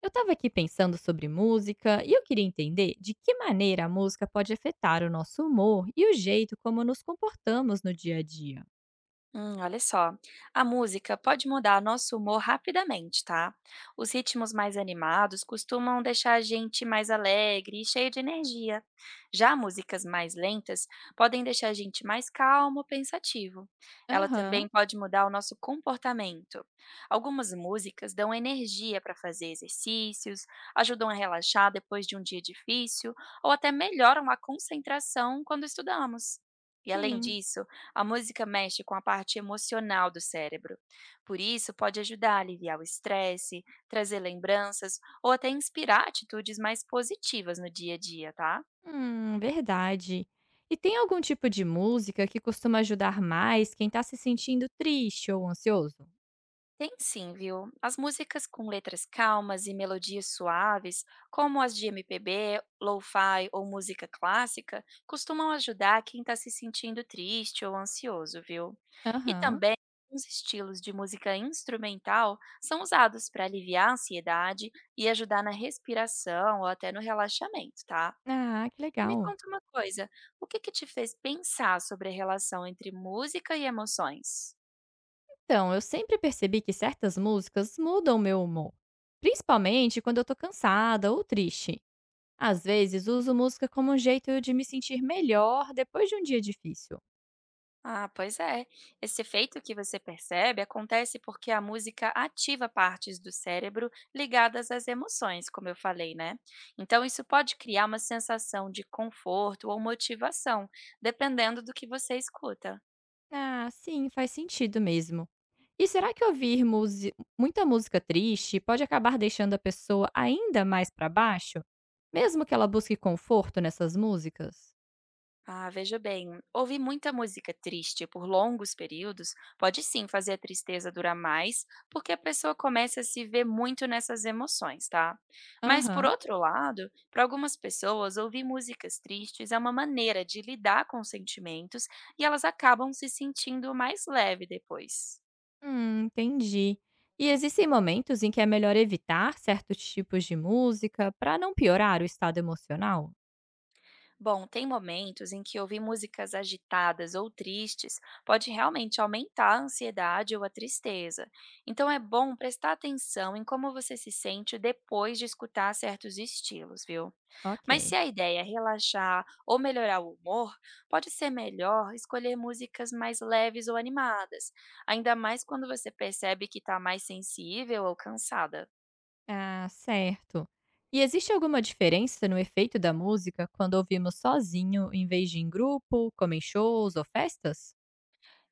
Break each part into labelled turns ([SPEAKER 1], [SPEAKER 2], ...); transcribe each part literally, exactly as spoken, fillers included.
[SPEAKER 1] Eu estava aqui pensando sobre música e eu queria entender de que maneira a música pode afetar o nosso humor e o jeito como nos comportamos no dia a dia.
[SPEAKER 2] Hum, olha só, a música pode mudar nosso humor rapidamente, tá? Os ritmos mais animados costumam deixar a gente mais alegre e cheio de energia. Já músicas mais lentas podem deixar a gente mais calmo pensativo. Ela
[SPEAKER 1] Aham,
[SPEAKER 2] também pode mudar o nosso comportamento. Algumas músicas dão energia para fazer exercícios, ajudam a relaxar depois de um dia difícil ou até melhoram a concentração quando estudamos. E além
[SPEAKER 1] sim.
[SPEAKER 2] disso, a música mexe com a parte emocional do cérebro. Por isso, pode ajudar a aliviar o estresse, trazer lembranças ou até inspirar atitudes mais positivas no dia a dia, tá?
[SPEAKER 1] Hum, verdade. E tem algum tipo de música que costuma ajudar mais quem está se sentindo triste ou ansioso?
[SPEAKER 2] Tem sim, viu? As músicas com letras calmas e melodias suaves, como as de M P B, lo-fi ou música clássica, costumam ajudar quem está se sentindo triste ou ansioso, viu? E
[SPEAKER 1] Aham.
[SPEAKER 2] também os estilos de música instrumental são usados para aliviar a ansiedade e ajudar na respiração ou até no relaxamento, tá?
[SPEAKER 1] Ah, que
[SPEAKER 2] E me
[SPEAKER 1] legal.
[SPEAKER 2] conta uma coisa, o que que te fez pensar sobre a relação entre música e emoções?
[SPEAKER 1] Então, eu sempre percebi que certas músicas mudam meu humor, principalmente quando eu tô cansada ou triste. Às vezes, uso música como um jeito de me sentir melhor depois de um dia difícil.
[SPEAKER 2] Ah, pois é. Esse efeito que você percebe acontece porque a música ativa partes do cérebro ligadas às emoções, como eu falei, né? Então, isso pode criar uma sensação de conforto ou motivação, dependendo do que você escuta.
[SPEAKER 1] Ah, sim, faz sentido mesmo. E será que ouvir musi- muita música triste pode acabar deixando a pessoa ainda mais para baixo, mesmo que ela busque conforto nessas músicas?
[SPEAKER 2] Ah, veja bem, ouvir muita música triste por longos períodos pode sim fazer a tristeza durar mais, porque a pessoa começa a se ver muito nessas emoções, tá? Mas por
[SPEAKER 1] Aham.
[SPEAKER 2] outro lado, para algumas pessoas, ouvir músicas tristes é uma maneira de lidar com os sentimentos e elas acabam se sentindo mais leve depois.
[SPEAKER 1] Hum, entendi. E existem momentos em que é melhor evitar certos tipos de música para não piorar o estado emocional?
[SPEAKER 2] Bom, tem momentos em que ouvir músicas agitadas ou tristes pode realmente aumentar a ansiedade ou a tristeza. Então é bom prestar atenção em como você se sente depois de escutar certos estilos, viu? Mas se
[SPEAKER 1] Ok.
[SPEAKER 2] a ideia é relaxar ou melhorar o humor, pode ser melhor escolher músicas mais leves ou animadas, ainda mais quando você percebe que está mais sensível ou cansada.
[SPEAKER 1] Ah, certo. E existe alguma diferença no efeito da música quando ouvimos sozinho em vez de em grupo, como em shows ou festas?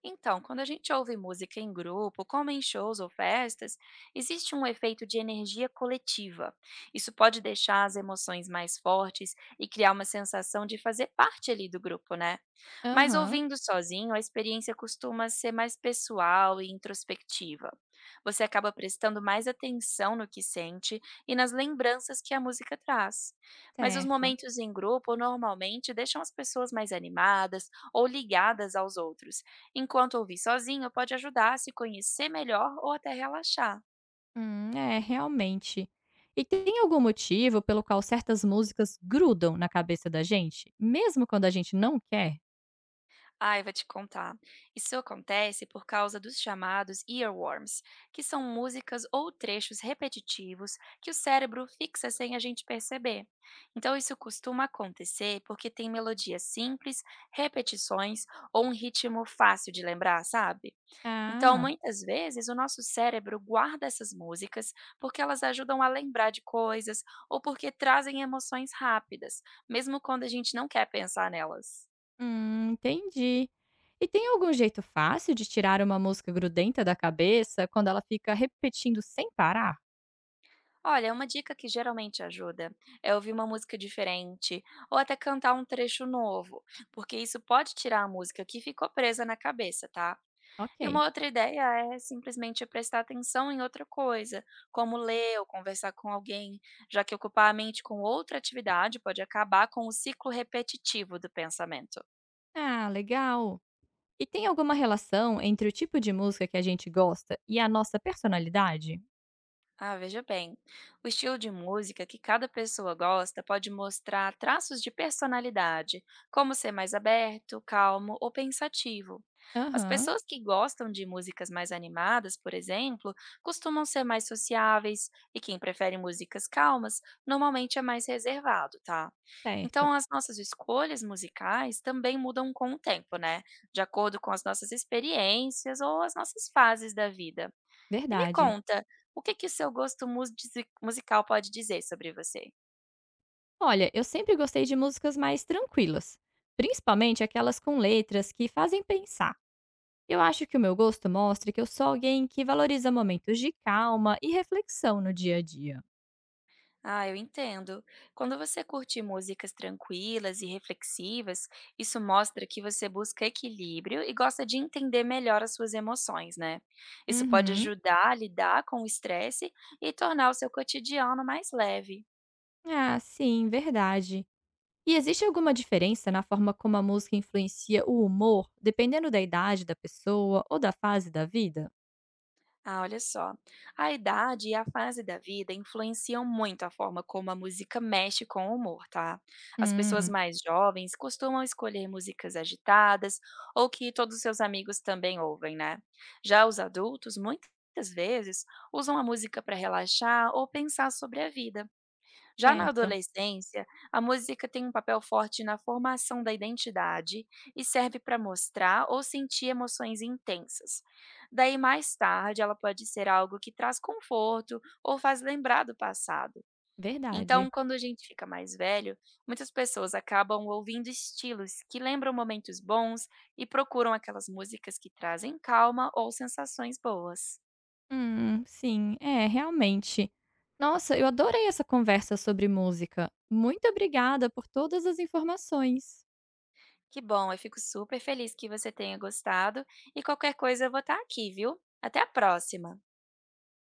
[SPEAKER 2] Então, quando a gente ouve música em grupo, como em shows ou festas, existe um efeito de energia coletiva. Isso pode deixar as emoções mais fortes e criar uma sensação de fazer parte ali do grupo, né? Mas
[SPEAKER 1] Aham,
[SPEAKER 2] ouvindo sozinho, a experiência costuma ser mais pessoal e introspectiva. Você acaba prestando mais atenção no que sente e nas lembranças que a música traz. Mas os
[SPEAKER 1] certo.
[SPEAKER 2] momentos em grupo normalmente deixam as pessoas mais animadas ou ligadas aos outros. Enquanto ouvir sozinho pode ajudar a se conhecer melhor ou até relaxar.
[SPEAKER 1] Hum, é, realmente. E tem algum motivo pelo qual certas músicas grudam na cabeça da gente, mesmo quando a gente não quer?
[SPEAKER 2] Ai, vou te contar. Isso acontece por causa dos chamados earworms, que são músicas ou trechos repetitivos que o cérebro fixa sem a gente perceber. Então, isso costuma acontecer porque tem melodias simples, repetições ou um ritmo fácil de lembrar, sabe? Então,
[SPEAKER 1] Ah,
[SPEAKER 2] muitas vezes, o nosso cérebro guarda essas músicas porque elas ajudam a lembrar de coisas ou porque trazem emoções rápidas, mesmo quando a gente não quer pensar nelas.
[SPEAKER 1] hum, entendi. E tem algum jeito fácil de tirar uma música grudenta da cabeça quando ela fica repetindo sem parar?
[SPEAKER 2] Olha, é uma dica que geralmente ajuda é ouvir uma música diferente ou até cantar um trecho novo, porque isso pode tirar a música que ficou presa na cabeça, tá? E
[SPEAKER 1] Ok.
[SPEAKER 2] uma outra ideia é simplesmente prestar atenção em outra coisa, como ler ou conversar com alguém, já que ocupar a mente com outra atividade pode acabar com o ciclo repetitivo do pensamento.
[SPEAKER 1] Ah, legal. E tem alguma relação entre o tipo de música que a gente gosta e a nossa personalidade?
[SPEAKER 2] Ah, veja bem. O estilo de música que cada pessoa gosta pode mostrar traços de personalidade, como ser mais aberto, calmo ou pensativo. As
[SPEAKER 1] Aham,
[SPEAKER 2] pessoas que gostam de músicas mais animadas, por exemplo, costumam ser mais sociáveis, e quem prefere músicas calmas normalmente é mais reservado, tá?
[SPEAKER 1] certo.
[SPEAKER 2] Então, as nossas escolhas musicais também mudam com o tempo, né? De acordo com as nossas experiências ou as nossas fases da vida. E me
[SPEAKER 1] Verdade.
[SPEAKER 2] conta, o que que o seu gosto musici musical pode dizer sobre você?
[SPEAKER 1] Olha, eu sempre gostei de músicas mais tranquilas, principalmente aquelas com letras que fazem pensar. Eu acho que o meu gosto mostra que eu sou alguém que valoriza momentos de calma e reflexão no dia a dia.
[SPEAKER 2] Ah, eu entendo. Quando você curte músicas tranquilas e reflexivas, isso mostra que você busca equilíbrio e gosta de entender melhor as suas emoções, né? Isso pode
[SPEAKER 1] Uhum.
[SPEAKER 2] ajudar a lidar com o estresse e tornar o seu cotidiano mais leve.
[SPEAKER 1] Ah, sim, verdade. E existe alguma diferença na forma como a música influencia o humor, dependendo da idade da pessoa ou da fase da vida?
[SPEAKER 2] Ah, olha só. A idade e a fase da vida influenciam muito a forma como a música mexe com o humor, tá? As pessoas
[SPEAKER 1] Hum.
[SPEAKER 2] mais jovens costumam escolher músicas agitadas ou que todos os seus amigos também ouvem, né? Já os adultos, muitas vezes, usam a música para relaxar ou pensar sobre a vida. Já na
[SPEAKER 1] Certo,
[SPEAKER 2] adolescência, a música tem um papel forte na formação da identidade e serve para mostrar ou sentir emoções intensas. Daí, mais tarde, ela pode ser algo que traz conforto ou faz lembrar do passado.
[SPEAKER 1] verdade.
[SPEAKER 2] Então, quando a gente fica mais velho, muitas pessoas acabam ouvindo estilos que lembram momentos bons e procuram aquelas músicas que trazem calma ou sensações boas.
[SPEAKER 1] Hum, sim, é, realmente. Nossa, eu adorei essa conversa sobre música. Muito obrigada por todas as informações.
[SPEAKER 2] Que bom, eu fico super feliz que você tenha gostado e qualquer coisa eu vou estar aqui, viu? Até a próxima!